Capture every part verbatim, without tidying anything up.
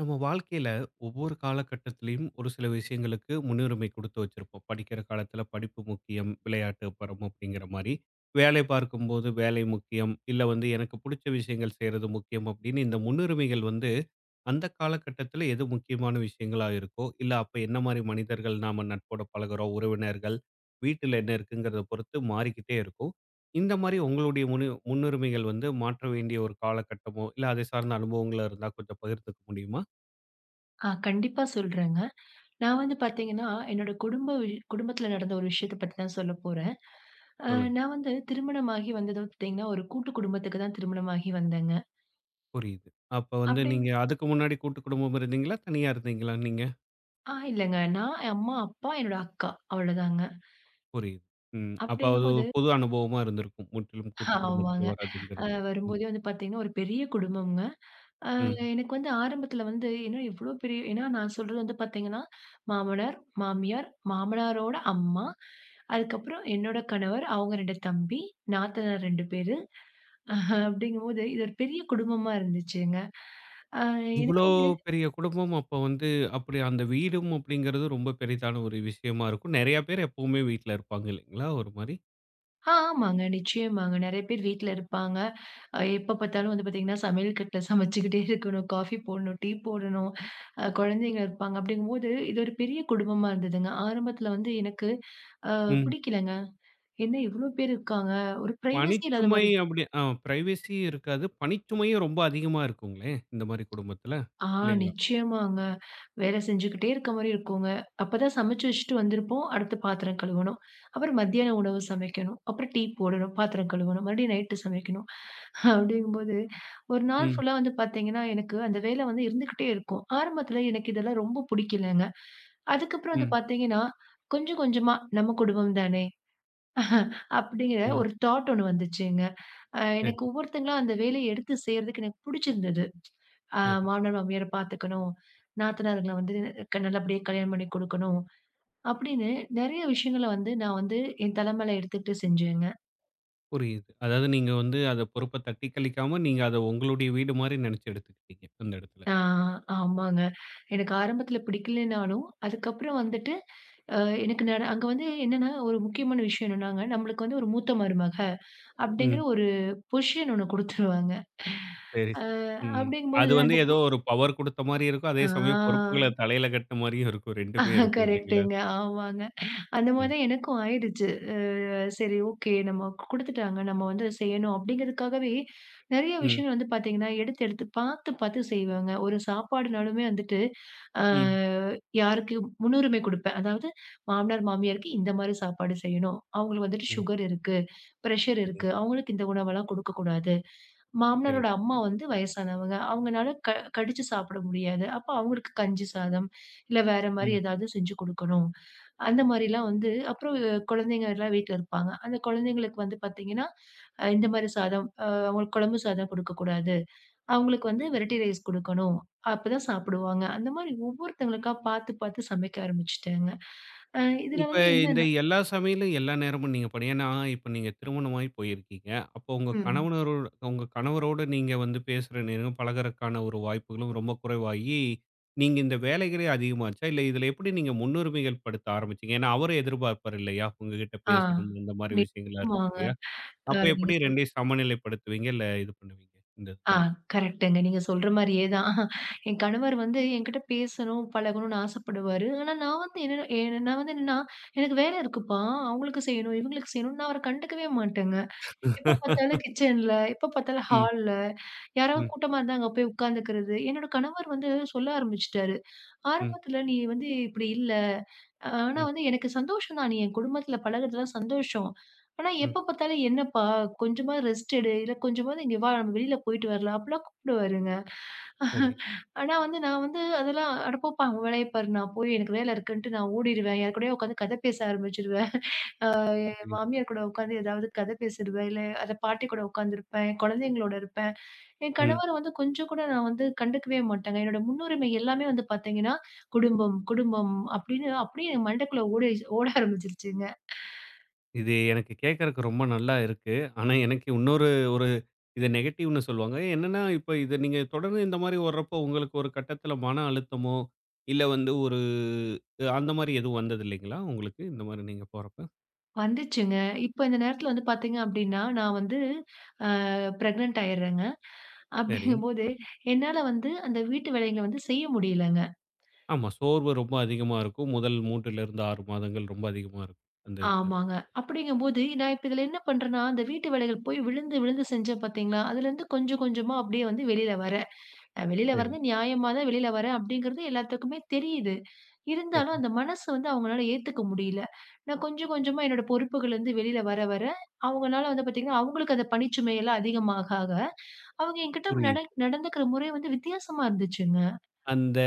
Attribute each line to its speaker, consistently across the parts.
Speaker 1: நம்ம வாழ்க்கையில ஒவ்வொரு காலகட்டத்திலயும் ஒரு சில விஷயங்களுக்கு முன்னுரிமை குடுத்து வச்சிருப்போம். படிக்கிற காலத்துல படிப்பு முக்கியம், விளையாட்டு அப்புறம் அப்படிங்கிற மாரி. வேலை பார்க்கும்போது வேலை முக்கியம், இல்ல வந்து எனக்கு புடிச்ச விஷயங்கள் செய்றது முக்கியம் அப்படின்னு இந்த முன்னுரிமைகள் வந்து அந்த காலகட்டத்துல எது முக்கியமான விஷயங்களா இருக்கோ, இல்ல அப்ப என்ன மாரி மனிதர்கள் நாம நட்போட பழகுறோம், உறவினர்கள், வீட்டுல என்ன இருக்குங்கிறத பொறுத்து மாறிக்கிட்டே இருக்கும். இந்த மாரி உங்களுடைய முனு முன்னுரிமைகள் வந்து மாற்ற வேண்டிய ஒரு காலகட்டமோ, இல்ல அதை சார்ந்த அனுபவங்களா இருந்தா கொஞ்சம் பகிர்ந்துக்க முடியுமா?
Speaker 2: ஆ, கண்டிப்பா சொல்றேங்க. நான் வந்து பார்த்தீங்கன்னா, என்னோட குடும்ப விஷ் குடும்பத்தில நடந்த ஒரு விஷயத்த பத்தி தான் சொல்ல போறேன். அ
Speaker 1: சொல்லுங்க.
Speaker 2: நான் வந்து திருமணமாகி வந்தது பார்த்தீங்கன்னா, ஒரு கூட்டு குடும்பத்துக்கு தான் திருமணமாகி வந்தேங்க.
Speaker 1: புரியுது. அப்ப வந்து
Speaker 2: அப்படிங்க.
Speaker 1: நீங்க அதுக்கு முன்னாடி கூட்டு குடும்பம் இருந்தீங்களா? தனியா இருந்தீங்களா நீங்க?
Speaker 2: ஆ, இல்லங்க. நான், என் அம்மா, அப்பா, என்னோட அக்கா அவ்வளோதாங்க.
Speaker 1: புரியுது. ம். அப்ப அது ஒரு
Speaker 2: அப்படிங்கும்போது
Speaker 1: புது அனுபவமா இருந்திருக்கும். முற்றிலும் கூட்டு
Speaker 2: ஆமாங்க.
Speaker 1: குடும்பத்துல
Speaker 2: அ
Speaker 1: வராதுங்கிறது. ம்,
Speaker 2: வரும்போதே வந்து பார்த்தீங்கன்னா, ஒரு பெரிய குடும்பம்ங்க. அ
Speaker 1: ம்.
Speaker 2: எனக்கு வந்து ஆரம்பத்தில வந்து என்ன இவ்வளோ பெரிய, ஏன்னா நான் சொல்றது வந்து பார்த்தீங்கன்னா, மாமனார், மாமியார், மாமனாரோட அம்மா, அதுக்கப்புறம் என்னோட கணவர், அவங்க இரண்டு தம்பி, நாத்தனார் இரண்டு பேரு. அஹ அப்படிங்கும்போது, இது ஒரு பெரிய குடும்பமா இருந்துச்சுங்க. அ எனக்கு
Speaker 1: இவ்ளோ
Speaker 2: வந்து
Speaker 1: பெரிய குடும்பம் அப்ப வந்து அப்படி அந்த வீடும் அப்படிங்கிறது ரொம்ப பெரிதான ஒரு விஷயமா இருக்கும். நெறைய பேர் எப்பவுமே வீட்ல இருப்பாங்க இல்லைங்களா? ஒரு மாரி.
Speaker 2: ஆ, ஆமாங்க. நிச்சயமாங்க. நெறைய பேர் வீட்ல இருப்பாங்க. அ எப்ப பார்த்தாலும் வந்து பார்த்தீங்கன்னா, சமையல் கட்டுல சமைச்சுக்கிட்டே இருக்கணும். காஃபி போடணும், டீ போடணும். அ குழந்தைங்க இருப்பாங்க. அப்படிங்கும்போது, இது ஒரு பெரிய குடும்பமா இருந்ததுங்க. ஆரம்பத்துல வந்து எனக்கு அ
Speaker 1: ம்.
Speaker 2: பிடிக்கலங்க. என்ன இவ்ளோ பேர் இருக்காங்க. ஒரு பிரைவசி இல்லாத
Speaker 1: பணிச்சுமை
Speaker 2: மாரி.
Speaker 1: அப்படி ஆ பிரைவசி இருக்காது. பணிச்சுமையும் ரொம்ப அதிகமா இருக்குங்களே! இந்த மாரி குடும்பத்துல.
Speaker 2: ஆ,
Speaker 1: இல்லைங்களா?
Speaker 2: நிச்சயமாங்க. வேலை செஞ்சுக்கிட்டே இருக்க மாரி இருக்குங்க. அப்பதான் சமைச்சு வச்சுட்டு வந்திருப்போம். அடுத்து பாத்திரம் கழுவணும். அப்புறம் மத்தியான உணவு சமைக்கணும். அப்புறம் டீ போடணும். பாத்திரம் கழுவணும். மறுபடியும் நைட்டு சமைக்கணும். அப்படிங்கும்போது ஒரு நாள்
Speaker 1: ம்,
Speaker 2: ஃபுல்லா வந்து பாத்தீங்கன்னா, எனக்கு அந்த வேலை வந்து இருந்துகிட்டே இருக்கும். ஆரம்பத்துல எனக்கு இதெல்லாம் ரொம்ப புடிக்கலங்க. அதுக்கப்புறம் வந்து
Speaker 1: ம்,
Speaker 2: பாத்தீங்கன்னா, கொஞ்சம் கொஞ்சமா நம்ம குடும்பம் தானே அப்படிங்கிற
Speaker 1: ம்.
Speaker 2: ஒரு தாட் ஒண்ணு வந்துச்சுங்க. அ எனக்கு
Speaker 1: சரி,
Speaker 2: ஒவ்வொருத்தங்களா அந்த வேலைய எடுத்து செய்றதுக்கு எனக்கு புடிச்சிருந்தது. அ
Speaker 1: சரி.
Speaker 2: மாமனார், மாமியார பார்த்துக்கணும். நாத்தனாருங்கள வந்து க நல்லபடியா கல்யாணம் பண்ணி குடுக்கணும். அப்படின்னு நெறைய விஷயங்கள வந்து நான் வந்து என் தல மேல எடுத்துக்கிட்டு செஞ்சேங்க.
Speaker 1: புரியுது. அதாவது நீங்க வந்து அத பொறுப்ப தட்டி கழிக்காம, நீங்க அத உங்களுடைய வீடு மாரி நெனச்சு எடுத்துக்கிட்டீங்க, அந்த இடத்துல.
Speaker 2: ஆ, ஆமாங்க. எனக்கு ஆரம்பத்துல பிடிக்கலனாலும், அதுக்கப்புறம் வந்துட்டு அ எனக்கு நட அங்க வந்து என்னன்னா, ஒரு முக்கியமான விஷயம் என்னன்னாங்க, நம்மளுக்கு வந்து ஒரு மூத்த மருமக அப்படிங்கிற
Speaker 1: ம்.
Speaker 2: ஒரு பொசிஷன் ஒண்ணு குடுத்துருவாங்க.
Speaker 1: சரி.
Speaker 2: அ
Speaker 1: சரி. ம். அது
Speaker 2: அப்படிங்கும்போது
Speaker 1: வந்து
Speaker 2: அந்த பொ
Speaker 1: ஏதோ ஒரு பவர் குடுத்த மாரியும் இருக்கும். அதே சமயம் பொறுப்புகள தலையில கட்டுன மாரியும் இருக்கும்.
Speaker 2: ஆ,
Speaker 1: ரெண்டுமே இருக்கும் இல்லைங்களா?
Speaker 2: கரெக்ட்டுங்க. ஆமாங்க. அந்த மாரி
Speaker 1: ம்.
Speaker 2: தான் எனக்கும் ஆயிடுச்சு. அ சரி, ஓகே, நம்ம குடுத்துட்டாங்க. நம்ம வந்து செய்யணும் அப்படிங்கிறதுக்காகவே நெறைய
Speaker 1: ம்.
Speaker 2: விஷயங்கள் வந்து பார்த்தீங்கன்னா, எடுத்து எடுத்து பார்த்து பார்த்து செய்வேங்க. ஒரு சாப்பாடுனாலுமே வந்துட்டு, அ
Speaker 1: ம்.
Speaker 2: யாருக்கு முன்னுரிமை குடுப்பேன். அதாவது மாமனார், மாமியாருக்கு இந்த மாரி சாப்பாடு செய்யணும். அவங்களுக்கு வந்துட்டு
Speaker 1: ம்.
Speaker 2: சுகர் இருக்கு, பிரஷர்
Speaker 1: சரி,
Speaker 2: இருக்கு. அவங்களுக்கு இந்த உணவெல்லாம் குடுக்கக்கூடாது.
Speaker 1: சரி.
Speaker 2: மாமனாரோட அம்மா வந்து வயசானவங்க. அவங்கனால க கடிச்சு சாப்பிட முடியாது. அப்ப அவங்களுக்கு கஞ்சி சாதம், இல்ல வேற மாரி
Speaker 1: ம்.
Speaker 2: ஏதாவது செஞ்சு குடுக்கணும். அந்த மாரிலாம் வந்து அப்புறம் குழந்தைங்க எல்லாம் வீட்ல இருப்பாங்க. அந்த குழந்தைங்களுக்கு வந்து பார்த்தீங்கன்னா, அ இந்த மாரி சாதம் அ அவங்களுக்கு குழம்பு சாதம் குடுக்கக்கூடாது. அவங்களுக்கு வந்து
Speaker 1: புரியுது.
Speaker 2: வெரைட்டி ரைஸ் குடுக்கணும். அப்பதான் சாப்பிடுவாங்க. அந்த மாரி ஒவ்வொருத்தவங்களுக்கா பார்த்து, பார்த்து சமைக்க ஆரம்பிச்சுட்டேங்க. அ இதுல
Speaker 1: இப்ப
Speaker 2: வந்து
Speaker 1: இந்த
Speaker 2: என்னன்னா,
Speaker 1: எல்லா சமையலும் எல்லா நேரமும் நீங்க பண் ஏன்னா, இப்ப நீங்க திருமணமாகி போயிருக்கீங்க. அப்போ உங்க
Speaker 2: ம்.
Speaker 1: கணவனரோ உங்க கணவரோட நீங்க வந்து பேசுற நேரம், பழகுறக்கான ஒரு வாய்ப்புகளும் ரொம்ப குறைவாகி, நீங்க இந்த வேலைகளே அதிகமாச்சா? இல்ல இதில எப்படி நீங்க முன்னுரிமைகள் படுத்த ஆரம்பிச்சீங்க? ஏன்னா, அவரும் எதிர்பார்ப்பார் இல்லையா? உங்ககிட்ட
Speaker 2: ஆ.
Speaker 1: பேசணும் இந்த மாரி விஷயங்கள்லாம் இருக்கும்
Speaker 2: நிச்சயமாங்க.
Speaker 1: இல்லையா?
Speaker 2: அ
Speaker 1: அப்ப
Speaker 2: நீங்க
Speaker 1: எப்படி
Speaker 2: சொல்
Speaker 1: ரெண்டையும் சமநிலைப்படுத்துவீங்க? இல்ல இது பண்ணுவீங்க இந்த
Speaker 2: ஆ,
Speaker 1: இதில?
Speaker 2: கரெக்ட்டுங்க. நீங்க சொல்ற மாரியே தான். என் கணவர் வந்து என்கிட்ட பேசணும், பழகணும்னு ஆசைப்படுவாரு. ஆனா நான் வந்து என்ன என்ன- நான் வந்து என்னன்னா, எனக்கு வேலை இருக்குப்பா, அவங்களுக்கு செய்யணும், இவங்களுக்கு செய்யணும்னு நான் அவர கண்டுக்கவே மாட்டேங்க. எப்ப பார்த்தாலும் கிச்சன்ல, எப்ப பார்த்தாலும்
Speaker 1: ம்,
Speaker 2: ஹால்ல, யாராவது
Speaker 1: ம்,
Speaker 2: கூட்டமா இருந்தா அங்க போய் உட்காந்துக்கிறது. என்னோட கணவர் வந்து சொல்ல ஆரம்பிச்சுட்டாரு.
Speaker 1: ம்,
Speaker 2: ஆரம்பத்துல நீ வந்து இப்படி இல்ல. அஹ் ஆனா
Speaker 1: ம்,
Speaker 2: வந்து எனக்கு சந்தோஷம் தான். நீ என் குடும்பத்துல பழகுறதுலாம் சந்தோஷம். ஆனா
Speaker 1: ம்.
Speaker 2: எப்ப பார்த்தாலும் என்னப்பா, கொஞ்சமா ரெஸ்ட் எடு. இல்ல கொஞ்சமாவது இங்க வா, நம்ம வெளியில போயிட்டு வரலாம். அப்படிலாம் கூப்பிடுவாருங்க.
Speaker 1: சரி.
Speaker 2: ஆனா வந்து நான் வந்து அதெல்லாம் அட போப்பா, உன் வேலைய பாரு. நான் போய் எனக்கு வேலை இருக்குன்ட்டு நான் ஓடிருவேன். யார் கூடயோ உட்காந்து கதை பேச ஆரம்பிச்சுருவேன்.
Speaker 1: புரியுது.
Speaker 2: மாமியார் கூட உட்காந்து ஏதாவது கதை பேசிடுவேன். இல்ல அந்த பாட்டி கூட உட்காந்துருப்பேன். குழந்தைங்களோட இருப்பேன். என்
Speaker 1: ம்.
Speaker 2: கணவர வந்து கொஞ்சம் கூட நான் வந்து கண்டுக்கவே மாட்டேங்க. என்னோட முன்னுரிமை எல்லாமே வந்து பார்த்தீங்கன்னா, குடும்பம், குடும்பம் அப்படின்னு அப்படியே என் மண்டைக்குள்ள ஓடிருச்சு, ஓட ஆரம்பிச்சுருச்சுங்க.
Speaker 1: இது எனக்கு கேட்கறக்கு ரொம்ப நல்லா இருக்கு. ஆனா, எனக்கு இன்னொரு ஒரு இத நெகட்டிவ்ன்னு சொல்லுவாங்க. என்னன்னா, இப்ப இத நீங்க தொடர்ந்து இந்த மாரி வர்றப்போ, உங்களுக்கு ஒரு கட்டத்தில மன அழுத்தமோ, இல்ல வந்து ஒரு அந்த மாரி எதுவும் வந்தது இல்லைங்களா? உங்களுக்கு இந்த மாரி நீங்க போறப்ப?
Speaker 2: வந்துச்சுங்க. இப்ப இந்த நேரத்துல வந்து பார்த்தீங்க அப்படின்னா, நான் வந்து அ பிரெக்னன்ட் ஆயிடுறேங்க.
Speaker 1: சரி.
Speaker 2: அப்படிங்கும்போது, என்னால வந்து அந்த வீட்டு வேலைகள வந்து செய்ய முடியல.
Speaker 1: ஆமா. சோர்வு ரொம்ப அதிகமா இருக்கும். முதல் மூணுலிருந்து ஆறு மாதங்கள் ரொம்ப அதிகமா இருக்கும். அந்த இதுல.
Speaker 2: ஆமாங்க. அப்படிங்கும்போது நான் இப்ப இதுல என்ன பண்றேன்னா, அந்த வீட்டு வேலைகள் போய் விழுந்து, விழுந்து செஞ்சேன் பார்த்தீங்களா? அதுலருந்து கொஞ்சம் கொஞ்சமா அப்படியே வந்து வெளியில வரேன். நான் வெளியில
Speaker 1: சரி,
Speaker 2: வர்றது நியாயமா தான் வெளியில வரேன் அப்படிங்கிறது எல்லாத்துக்குமே தெரியுது. இருந்தாலும்
Speaker 1: சரி.
Speaker 2: அந்த மனசு வந்து அவங்களால ஏத்துக்க முடியல. நான் கொஞ்சம் கொஞ்சமா என்னோட பொறுப்புகள்லருந்து வெளியில வர, வர, அவங்கனால வந்து பார்த்தீங்கன்னா, அவங்களுக்கு அந்த பணிச்சுமை எல்லாம் அதிகமாக ஆக, அவங்க என்கிட்ட நட
Speaker 1: புரியுது.
Speaker 2: நடந்துக்கிற முறை வந்து வித்தியாசமா இருந்துச்சுங்க.
Speaker 1: அந்த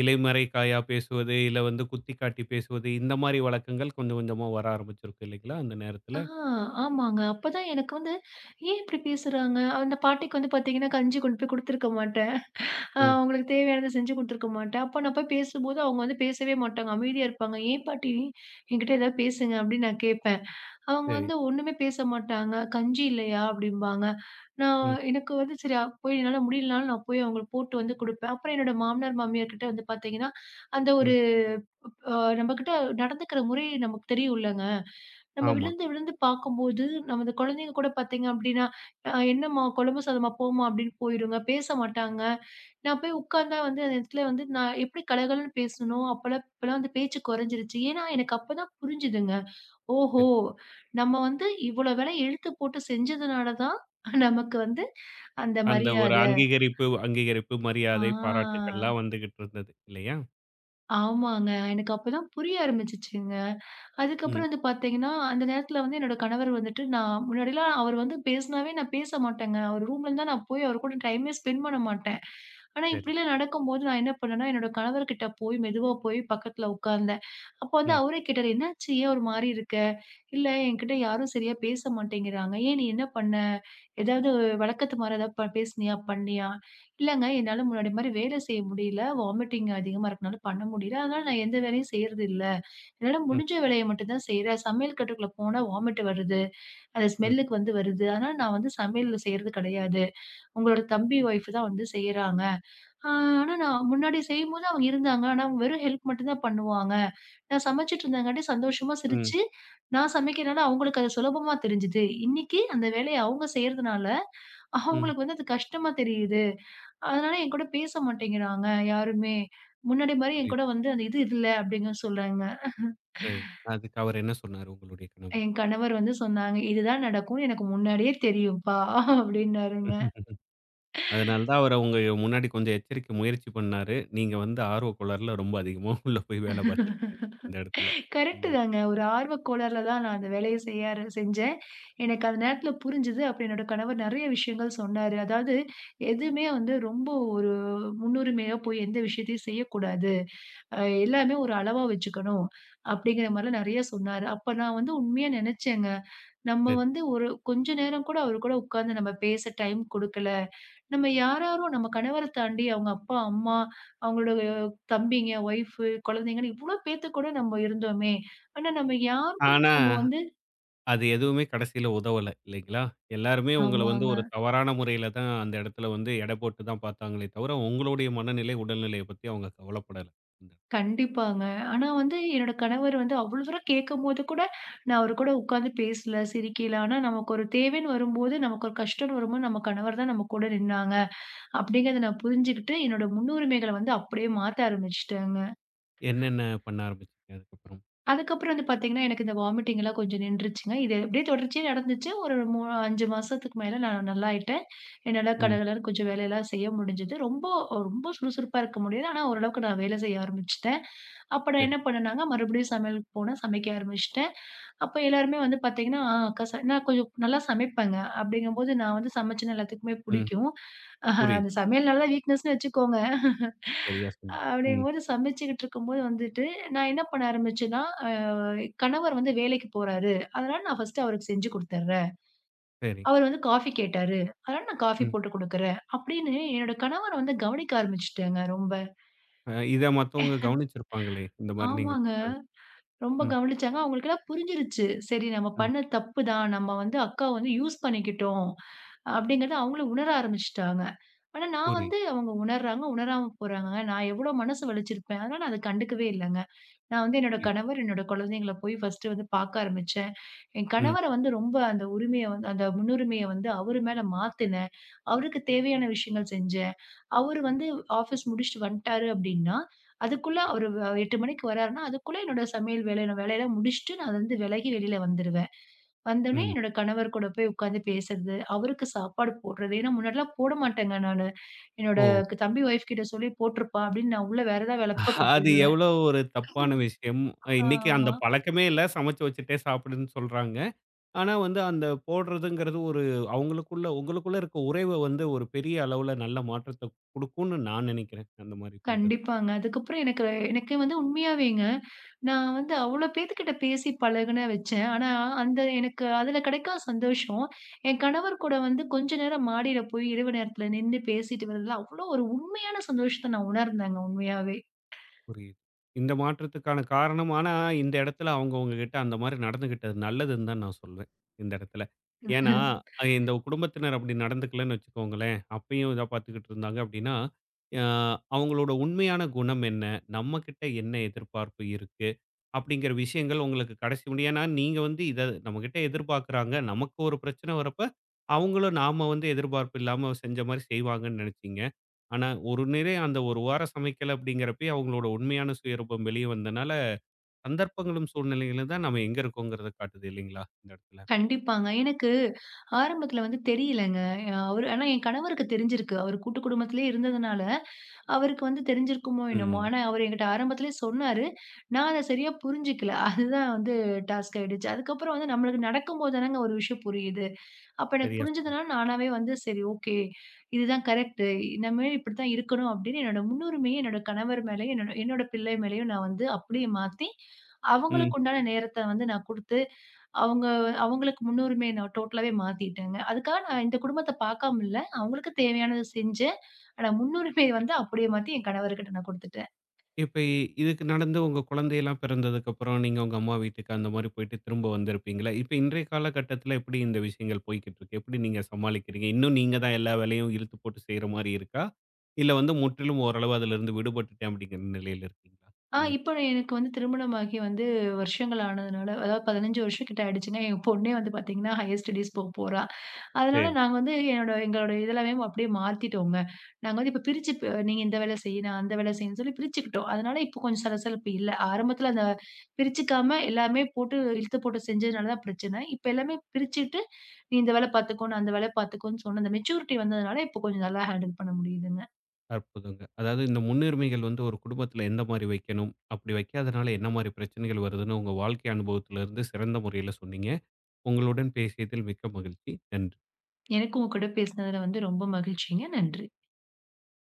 Speaker 1: இலைமறை காயா பேசுவது, இல்ல வந்து குத்தி காட்டி பேசுவது, இந்த மாரி வழக்கங்கள் கொஞ்சம் கொஞ்சமா வர ஆரம்பிச்சிருக்கும் இல்லைங்களா? அந்த நேரத்தில.
Speaker 2: ஆ, ஆமாங்க. அப்பதான் எனக்கு வந்து ஏன் இப்படி பேசுறாங்க? அந்த பாட்டிக்கு வந்து பார்த்தீங்கன்னா, கஞ்சி கொண்டு போய் குடுத்துருக்க மாட்டேன். ஆ,
Speaker 1: ம்.
Speaker 2: அவங்களுக்கு தேவையானத செஞ்சு குடுத்துருக்க மாட்டேன். அப்ப நான் போய் பேசும்போது அவங்க வந்து பேசவே மாட்டாங்க. அமைதியா இருப்பாங்க. "ஏன் பாட்டி என்கிட்ட ஏதாவது பேசுங்க" அப்படின்னு நான் கேட்பேன். அவங்க
Speaker 1: சரி.
Speaker 2: வந்து ஒண்ணுமே பேச மாட்டாங்க. "கஞ்சி இல்லையா?" அப்படிம்பாங்க. நான்
Speaker 1: ம்.
Speaker 2: எனக்கு வந்து சரி, அ- போய் என்னால முடியலனாலும் நான் போய் அவங்களுக்கு போட்டு வந்து குடுப்பேன். அப்புறம் என்னோட மாமனார், மாமியார் கிட்ட வந்து பார்த்தீங்கன்னா, அந்த ஒரு
Speaker 1: ம்.
Speaker 2: அ நம்மகிட்ட நடந்துக்கிற முறை நமக்கு தெரியும்லங்க. நம்ம
Speaker 1: ஆமா.
Speaker 2: விழுந்து விழுந்து பார்க்கும்போது நம்ம இந்த குழந்தைங்க கூட பார்த்தீங்க அப்படின்னா, "அ, என்னம்மா குழம்பு சாதமா? போம்மா" அப்படின்னு போயிருங்க. பேச மாட்டாங்க. நான் போய் உட்கார்ந்தா வந்து அந்த இடத்துல வந்து நான் எப்படி கலகலன்னு பேசனனோ, அப்பலாம் இப்பலாம் வந்து பேச்சு குறைஞ்சிருச்சு. ஏன்னா, எனக்கு அப்பதான் புரிஞ்சுதுங்க. ஓஹோ!
Speaker 1: சரி.
Speaker 2: நம்ம வந்து இவ்வளோ வேலை இழுத்து போட்டு செஞ்சதுனால தான் நமக்கு வந்து அந்த
Speaker 1: அந்த ஒரு
Speaker 2: மரியாத.
Speaker 1: அங்கீகரிப்பு அங்கீகரிப்பு, மரியாதை,
Speaker 2: ஆ,
Speaker 1: பாராட்டுக்கள்லாம் வந்துகிட்டு இருந்தது. இல்லையா?
Speaker 2: ஆமாங்க. எனக்கு அப்பதான் புரிய ஆரம்பிச்சுச்சுங்க.
Speaker 1: ம்.
Speaker 2: அதுக்கப்புறம் வந்து பார்த்தீங்கன்னா, அந்த நேரத்தில வந்து என்னோட கணவர் வந்துட்டு, நான் முன்னாடிலாம் அவர் வந்து பேசினாவே நான் பேச மாட்டேங்க. அவர் ரூம்ல இருந்தா நான் போய் அவர் கூட டைமே ஸ்பெண்ட் பண்ண மாட்டேன். ஆனா
Speaker 1: சரி.
Speaker 2: இப்படிலாம் நடக்கும்போது நான் என்ன பண்ணேன்னா, என்னோட கணவர்கிட்ட போய் மெதுவா போய் பக்கத்தில உட்கார்ந்தேன். அப்போ வந்து
Speaker 1: ம்.
Speaker 2: அவரே கேட்டாரு, "என்னாச்சு? ஏன் ஒரு மாரி இருக்க? இல்ல என்கிட்ட யாரும் சரியா பேச மாட்டேங்கிறாங்க. ஏன் நீ என்ன பண்ண? ஏதாவது வழக்கத்து மாரி ஏதாவது ப பேசினியா? பண்ணியா?" "இல்லங்க, என்னால முன்னாடி மாரி வேலை செய்ய முடியல. வாமிட்டிங் அதிகமா இருக்கனால பண்ண முடியல. அதனால நான் எந்த வேலையும் செய்றதில்ல." என்னால
Speaker 1: ம்.
Speaker 2: முடிஞ்ச வேலைய மட்டும் தான் செய்றேன். சமையல் கட்டுக்குள்ள போனா வாமிட் வருது. அந்த
Speaker 1: ம்.
Speaker 2: ஸ்மெல்லுக்கு வந்து வருது. அதனால நான் வந்து சமையல் செய்றது கிடையாது. உங்களோட தம்பி ஒய்ஃப் தான் வந்து செய்றாங்க. ஆ, ஆனா நான் முன்னாடி செய்யும்போது அவங்க இருந்தாங்க. ஆனா அவங்க வெறும் ஹெல்ப் மட்டும் தான் பண்ணுவாங்க. நான் சமைச்சுட்டு இருந்தங்காட்டி சந்தோஷமா
Speaker 1: ம்.
Speaker 2: சிரிச்சு, நான் சமைக்கிறனால அவங்களுக்கு அது சுலபமா தெரிஞ்சுது. இன்னைக்கு அந்த வேலைய அவங்க செய்றதுனால,
Speaker 1: ம்.
Speaker 2: அவங்களுக்கு வந்து அது கஷ்டமா தெரியுது. அதனால என்கூட பேச மாட்டேங்கிறாங்க யாருமே. முன்னாடி மாரி என்கூட
Speaker 1: புரியுது.
Speaker 2: வந்து அந்த இது இல்ல அப்டின்னு சொல்றாங்க.
Speaker 1: சரி. அதுக்கு அவர் என்ன சொன்னாரு உங்களுடைய கணவர்?
Speaker 2: என் கணவர் வந்து சொன்னாங்க. "இதுதான் நடக்கும்னு எனக்கு முன்னாடியே தெரியும்ப்பா" அப்டின்னாருங்க.
Speaker 1: அதனால தான் அவர உங்க முன்னாடி கொஞ்சம் எச்சரிக்க முயற்சி பண்ணாரு. நீங்க வந்து ஆர்வ கோளாறுல ரொம்ப அதிகமா உள்ள போய் வேல பார்த்துருக்கீங்க, அந்த இடத்துல.
Speaker 2: கரெக்ட்டு
Speaker 1: ம்.
Speaker 2: தாங்க. ஒரு ஆர்வக்கோளாறுல தான் நான் அந்த வேலைய செய்ய ஆர செஞ்சேன். எனக்கு அந்த நேரத்துல புரிஞ்சது. அப்ப என்னோட கணவர் நெறைய விஷயங்கள் சொன்னாரு. அதாவது எதுவுமே வந்து ரொம்ப ஒரு முன்னுரிமையா போய் எந்த விஷயத்தையும் செய்யக்கூடாது. அ எல்லாமே ஒரு அளவா வச்சுக்கணும். அப்டிங்கிற மாரிலாம் நெறைய சொன்னாரு. அப்ப நான் வந்து உண்மையா நெனச்சேங்க. நம்ம
Speaker 1: சரி.
Speaker 2: வந்து ஒரு கொஞ்ச நேரம் கூட அவரு கூட உட்கார்ந்து நம்ம பேச டைம் குடுக்கல. நம்ம யாராரோ நம்ம கணவர தாண்டி அவங்க அப்பா, அம்மா, அவங்களோட தம்பிங்க, ஒய்ஃபு, குழந்தைங்கன்னு இவ்ளோ பேத்து கூட நம்ம இருந்தோமே! ஆனா நம்ம யாருக்குமே
Speaker 1: ஆனா
Speaker 2: நம்ம வந்து
Speaker 1: அது எதுவுமே கடைசியில உதவல இல்லைங்களா? எல்லாருமே உங்கள வந்து
Speaker 2: ஆமாங்க.
Speaker 1: ஒரு தவறான முறையில தான் அந்த இடத்துல வந்து எடை போட்டு தான் பார்த்தாங்களே தவிர, உங்களுடைய மனநிலை, உடல்நிலைய பத்தி அவங்க கவலைப்படல. அந்த
Speaker 2: கண்டிப்பாங்க. ஆனா வந்து என்னோட கணவர் வந்து அவ்ளோ தூரம் கேட்கும்போது கூட நான் அவரு கூட உட்கார்ந்து பேசல, சிரிக்கல. ஆனா நமக்கு ஒரு தேவைன்னு வரும்போது, நமக்கு ஒரு கஷ்டம்ன்னு வரும்போது, நம்ம கணவர் தான் நம்ம கூட நின்னாங்க. அப்டிங்கிறத நான் புரிஞ்சுகிட்டு, என்னோட முன்னுரிமைகள வந்து அப்படியே மாத்த ஆரம்பிச்சுட்டேங்க.
Speaker 1: என்னென்ன பண்ண ஆரம்பிச்சீங்க அதுக்கப்புறம்?
Speaker 2: அதுக்கப்புறம் வந்து பார்த்தீங்கன்னா, எனக்கு இந்த வாமிட்டிங் எல்லாம் கொஞ்சம் நின்றுச்சுங்க. இது அப்படியே தொடர்ச்சியா நடந்துச்சு. ஒரு மூ ஐந்து மாசத்துக்கு மேல நான் நல்லாயிட்டேன். என்னால
Speaker 1: ம்.
Speaker 2: கடகடன்னு கொஞ்சம் வேலையெல்லாம் செய்ய முடிஞ்சது. ரொம்ப ரொம்ப சுறுசுறுப்பா இருக்க முடியாது. ஆனா, ஓரளவுக்கு நான் வேலை செய்ய ஆரம்பிச்சுட்டேன். அப்ப நான்
Speaker 1: சரி.
Speaker 2: என்ன பண்ணேன்னாங்க, மறுபடியும் சமையலுக்கு போனேன். சமைக்க ஆரம்பிச்சுட்டேன். அப்ப எல்லாருமே வந்து பார்த்தீங்கன்னா, "ஆ அக்கா ச", நான் கொஞ்சம் நல்லா சமைப்பேங்க. அப்படிங்கும்போது நான் வந்து சமைச்சேன்னா எல்லாத்துக்குமே
Speaker 1: ம்.
Speaker 2: பிடிக்கும். அஹ்,
Speaker 1: புரியுது.
Speaker 2: அந்த சமையல் நல்லா வீக்னஸ்ன்னு வச்சுக்கோங்க.
Speaker 1: சரியா சொன்னீங்க. ம்.
Speaker 2: அப்படிங்கும்போது சமைச்சுக்கிட்டு இருக்கும்போது வந்துட்டு, நான் என்ன பண்ண ஆரம்பிச்சேன்னா, அ கணவர் வந்து வேலைக்கு போறாரு. அதனால நான் ஃபர்ஸ்ட்டு அவருக்கு செஞ்சு குடுத்துர்றேன்.
Speaker 1: சரி.
Speaker 2: அவர் வந்து காஃபி கேட்டாரு. அதனால நான் காஃபி
Speaker 1: ம்.
Speaker 2: போட்டு குடுக்குறேன். அப்படின்னு என்னோட கணவர வந்து கவனிக்க ஆரம்பிச்சுட்டேங்க ரொம்ப.
Speaker 1: அ இத மத்தவங்க கவனிச்சிருப்பாங்களே! இந்த மாரி நீங்க
Speaker 2: ஆமாங்க.
Speaker 1: பண்றது.
Speaker 2: ரொம்ப
Speaker 1: ம்.
Speaker 2: கவனிச்சாங்க. அவங்களுக்கெல்லாம் புரிஞ்சிருச்சு. சரி, நம்ம
Speaker 1: ம்.
Speaker 2: பண்ணது தப்பு தான். நம்ம வந்து அக்காவ வந்து யூஸ் பண்ணிக்கிட்டோம். அப்படிங்கிறத அவங்களும் உணர ஆரம்பிச்சுட்டாங்க. ஆனா நான் வந்து
Speaker 1: புரியுது,
Speaker 2: அவங்க உணர்றாங்க, உணராம போறாங்கங்க. நான் எவ்வளோ மனசு வலிச்சிருப்பேன். அதனால நான் அத கண்டுக்கவே இல்லங்க. நான் வந்து என்னோட
Speaker 1: புரியுது.
Speaker 2: கணவர், என்னோட குழந்தைங்கள போய் ஃபர்ஸ்ட்டு வந்து பார்க்க ஆரம்பிச்சேன். என்
Speaker 1: ம்.
Speaker 2: கணவர வந்து ரொம்ப அந்த உரிமைய வந்து அந்த முன்னுரிமைய வந்து அவரு மேல மாத்துனேன். அவருக்கு தேவையான விஷயங்கள் செஞ்சேன். அவரு வந்து ஆஃபீஸ் முடிச்சுட்டு வந்துட்டாரு அப்படின்னா, அதுக்குள்ள
Speaker 1: சரி.
Speaker 2: அவரு வ எட்டு மணிக்கு வராருன்னா, அதுக்குள்ள என்னோட சமையல் வேலை என்னோட வேலையெல்லாம் முடிச்சுட்டு நான் அதுலருந்து விலகி வெளியில வந்துருவேன். வந்தோனே
Speaker 1: ம்.
Speaker 2: என்னோட கணவர் கூட போய் உட்காந்து பேசுறது, அவருக்கு சாப்பாடு போடுறது. ஏன்னா முன்னாடிலாம் போட மாட்டேங்க நானு. என்னோட
Speaker 1: ஓ!
Speaker 2: தம்பி ஒய்ஃப் கிட்ட சொல்லி போட்டுருப்பா அப்படின்னு நான் உள்ள வேற ஏதாவது வேலை பார்க்க
Speaker 1: அது
Speaker 2: போயிடுவேன்.
Speaker 1: எவ்வளோ ஒரு தப்பான விஷயம். அஹ் இன்னைக்கு அந்த
Speaker 2: ஆமா.
Speaker 1: பழக்கமே இல்ல. சமைச்சு வச்சுட்டே சாப்பிடுன்னு சொல்றாங்க. ஆனா வந்து அந்த போடுறதுங்கிறது ஒரு அவங்களுக்குள்ள உங்களுக்குள்ள இருக்க உறவ வந்து ஒரு பெரிய அளவுல நல்ல மாற்றத்த குடுக்கும்னு நான் நினைக்கிறேன். அந்த மாரி பண்றது.
Speaker 2: கண்டிப்பாங்க. அதுக்கப்புறம் எனக்கு எனக்கு வந்து உண்மையாவேங்க, நான் வந்து அவ்ளோ பேத்துக்கிட்ட பேசி பழகுன வச்சேன். ஆனா, அந்த எனக்கு அதுல கிடைக்காத சந்தோஷம், என் கணவர் கூட வந்து கொஞ்ச நேரம் மாடியில போய் இரவு நேரத்துல நின்னு பேசிட்டு வரதுல, அவ்ளோ ஒரு உண்மையான சந்தோஷத்த நான் உணர்ந்தேங்க உண்மையாவே.
Speaker 1: புரியுது. இந்த மாற்றத்துக்கான காரணம் ஆனா, இந்த இடத்துல அவங்க உங்ககிட்ட அந்த மாரி நடந்துகிட்டது நல்லதுன்னு தான் நான் சொல்வேன், இந்த இடத்துல. ஏன்னா, அ இந்த குடும்பத்தினர் அப்படி நடந்துக்கலன்னு வச்சுக்கோங்களேன், அப்பயும் இதா பார்த்துக்கிட்டு இருந்தாங்க அப்படின்னா, அ அவங்களோட உண்மையான குணம் என்ன? நம்மகிட்ட என்ன எதிர்பார்ப்பு இருக்கு? அப்படிங்கிற விஷயங்கள் உங்களுக்கு கடைசி முடிய ஏன்னா நீங்க வந்து இத நம்மகிட்ட எதிர்பார்க்குறாங்க. நமக்கு ஒரு பிரச்சனை வரப்ப, அவங்களும் நாம வந்து எதிர்பார்ப்பு இல்லாம செஞ்ச மாரி செய்வாங்கன்னு நினைச்சீங்க. ஆனா, ஒரு நிறை அந்த ஒரு வாரம் சமைக்கல அப்படிங்கிறப்பயே அவங்களோட உண்மையான சுயரூபம் வெளிய வந்தனால, சந்தர்ப்பங்களும் சூழ்நிலைகளும் தான் நம்ம எங்க இருக்கோங்கிறத காட்டுது இல்லைங்களா? இந்த இடத்துல.
Speaker 2: கண்டிப்பாங்க. எனக்கு ஆரம்பத்துல வந்து தெரியலங்க. அ அவரு, ஆனா என் கணவருக்கு தெரிஞ்சிருக்கு. அவரு கூட்டு குடும்பத்திலே இருந்ததுனால, அவருக்கு வந்து தெரிஞ்சிருக்குமோ என்னமோ!
Speaker 1: ம்.
Speaker 2: ஆனா அவரு என்கிட்ட ஆரம்பத்திலே சொன்னாரு. நான் அத சரியா புரிஞ்சுக்கல. அதுதான் வந்து டாஸ்க் ஆயிடுச்சு. அதுக்கப்புறம் வந்து நம்மளுக்கு நடக்கும்போது தானங்க ஒரு விஷயம் புரியுது. அப்ப எனக்கு
Speaker 1: சரியா சொன்னீங்க.
Speaker 2: புரிஞ்சதுனால நானாவே வந்து சரி, ஓகே. இதுதான் கரெக்ட். இனிமே இப்படித்தான் இருக்கணும் அப்படின்னு என்னோட முன்னுரிமைய என்னோட கணவர் மேலயும், என்னோட என்னோட பிள்ளை மேலயும் நான் வந்து அப்படியே மாத்தி,
Speaker 1: ம்.
Speaker 2: அவங்களுக்கு உண்டான நேரத்த வந்து நான் குடுத்து, அவங்க அவங்களுக்கு முன்னுரிமைய நான் டோட்டலாவே மாத்திட்டேங்க. அதுக்காக நான் இந்த குடும்பத்த பாக்காம இல்ல. அவங்களுக்கு தேவையானத செஞ்சேன். ஆனா முன்னுரிமைய வந்து அப்படியே மாத்தி என் கணவர்கிட்ட நான் குடுத்துட்டேன்.
Speaker 1: இப்ப இதுக்கு நடந்து உங்க குழந்தையெல்லாம் பிறந்ததுக்கப்புறம், நீங்க உங்க அம்மா வீட்டுக்கு அந்த மாரி போயிட்டு திரும்ப வந்திருப்பீங்களா? இப்ப இன்றைய காலகட்டத்தில எப்படி இந்த விஷயங்கள் போய்க்கிட்டு இருக்கு? எப்படி நீங்க சமாளிக்கிறீங்க? இன்னும் நீங்க தான் எல்லா வேலையும் இழுத்து போட்டு செய்ற மாரி இருக்கா? இல்ல வந்து முற்றிலும் ஓரளவு அதிலிருந்து விடுபட்டுட்டேன் அப்படிங்கிற நிலையில இருக்கீங்களா?
Speaker 2: ஆ,
Speaker 1: நீங்க.
Speaker 2: இப்ப எனக்கு வந்து திருமணமாகி வந்து வருஷங்கள் ஆனதுனால, அதாவது பதினைந்து வருஷம் கிட்ட ஆயிடுச்சுங்க. என் பொண்ணே வந்து பாத்தீங்கன்னா, ஹையர் ஸ்டடீஸ் போக போறா. அதனால
Speaker 1: சரி.
Speaker 2: நாங்க வந்து என்னோட எங்களோட இதெல்லாமே அப்படியே மாத்திட்டோங்க. நாங்க வந்து இப்ப பிரிச்சு, ப நீங்க இந்த வேலை செய், நான் அந்த வேலை செய்யன்னு சொல்லி பிரிச்சுக்கிட்டோம். அதனால இப்ப கொஞ்சம் சலசலப்பு இல்ல. ஆரம்பத்துல அந்த பிரிச்சுக்காம எல்லாமே போட்டு இழுத்து போட்டு செஞ்சதுனால தான் பிரச்சனை. இப்ப எல்லாமே பிரிச்சுட்டு, நீ இந்த வேலை பார்த்துக்கோ, நான் அந்த வேலை பார்த்துக்கோன்னு சொன்ன அந்த மெச்சூரிட்டி வந்ததுனால இப்ப கொஞ்சம் நல்லா ஹேண்டில் பண்ண முடியுதுங்க.
Speaker 1: அற்புதங்க. அதாவது இந்த முன்னுரிமைகள் வந்து ஒரு குடும்பத்தில எந்த மாரி வைக்கணும், அப்படி வைக்காதனால என்ன மாரி பிரச்சனைகள் வருதுன்னு உங்க வாழ்க்கை அனுபவத்திலிருந்து சிறந்த முறையில சொன்னீங்க. உங்களுடன் பேசியதில் மிக்க மகிழ்ச்சி. நன்றி.
Speaker 2: எனக்கும் உங்க கூட பேசினதுல வந்து ரொம்ப மகிழ்ச்சிங்க. நன்றி.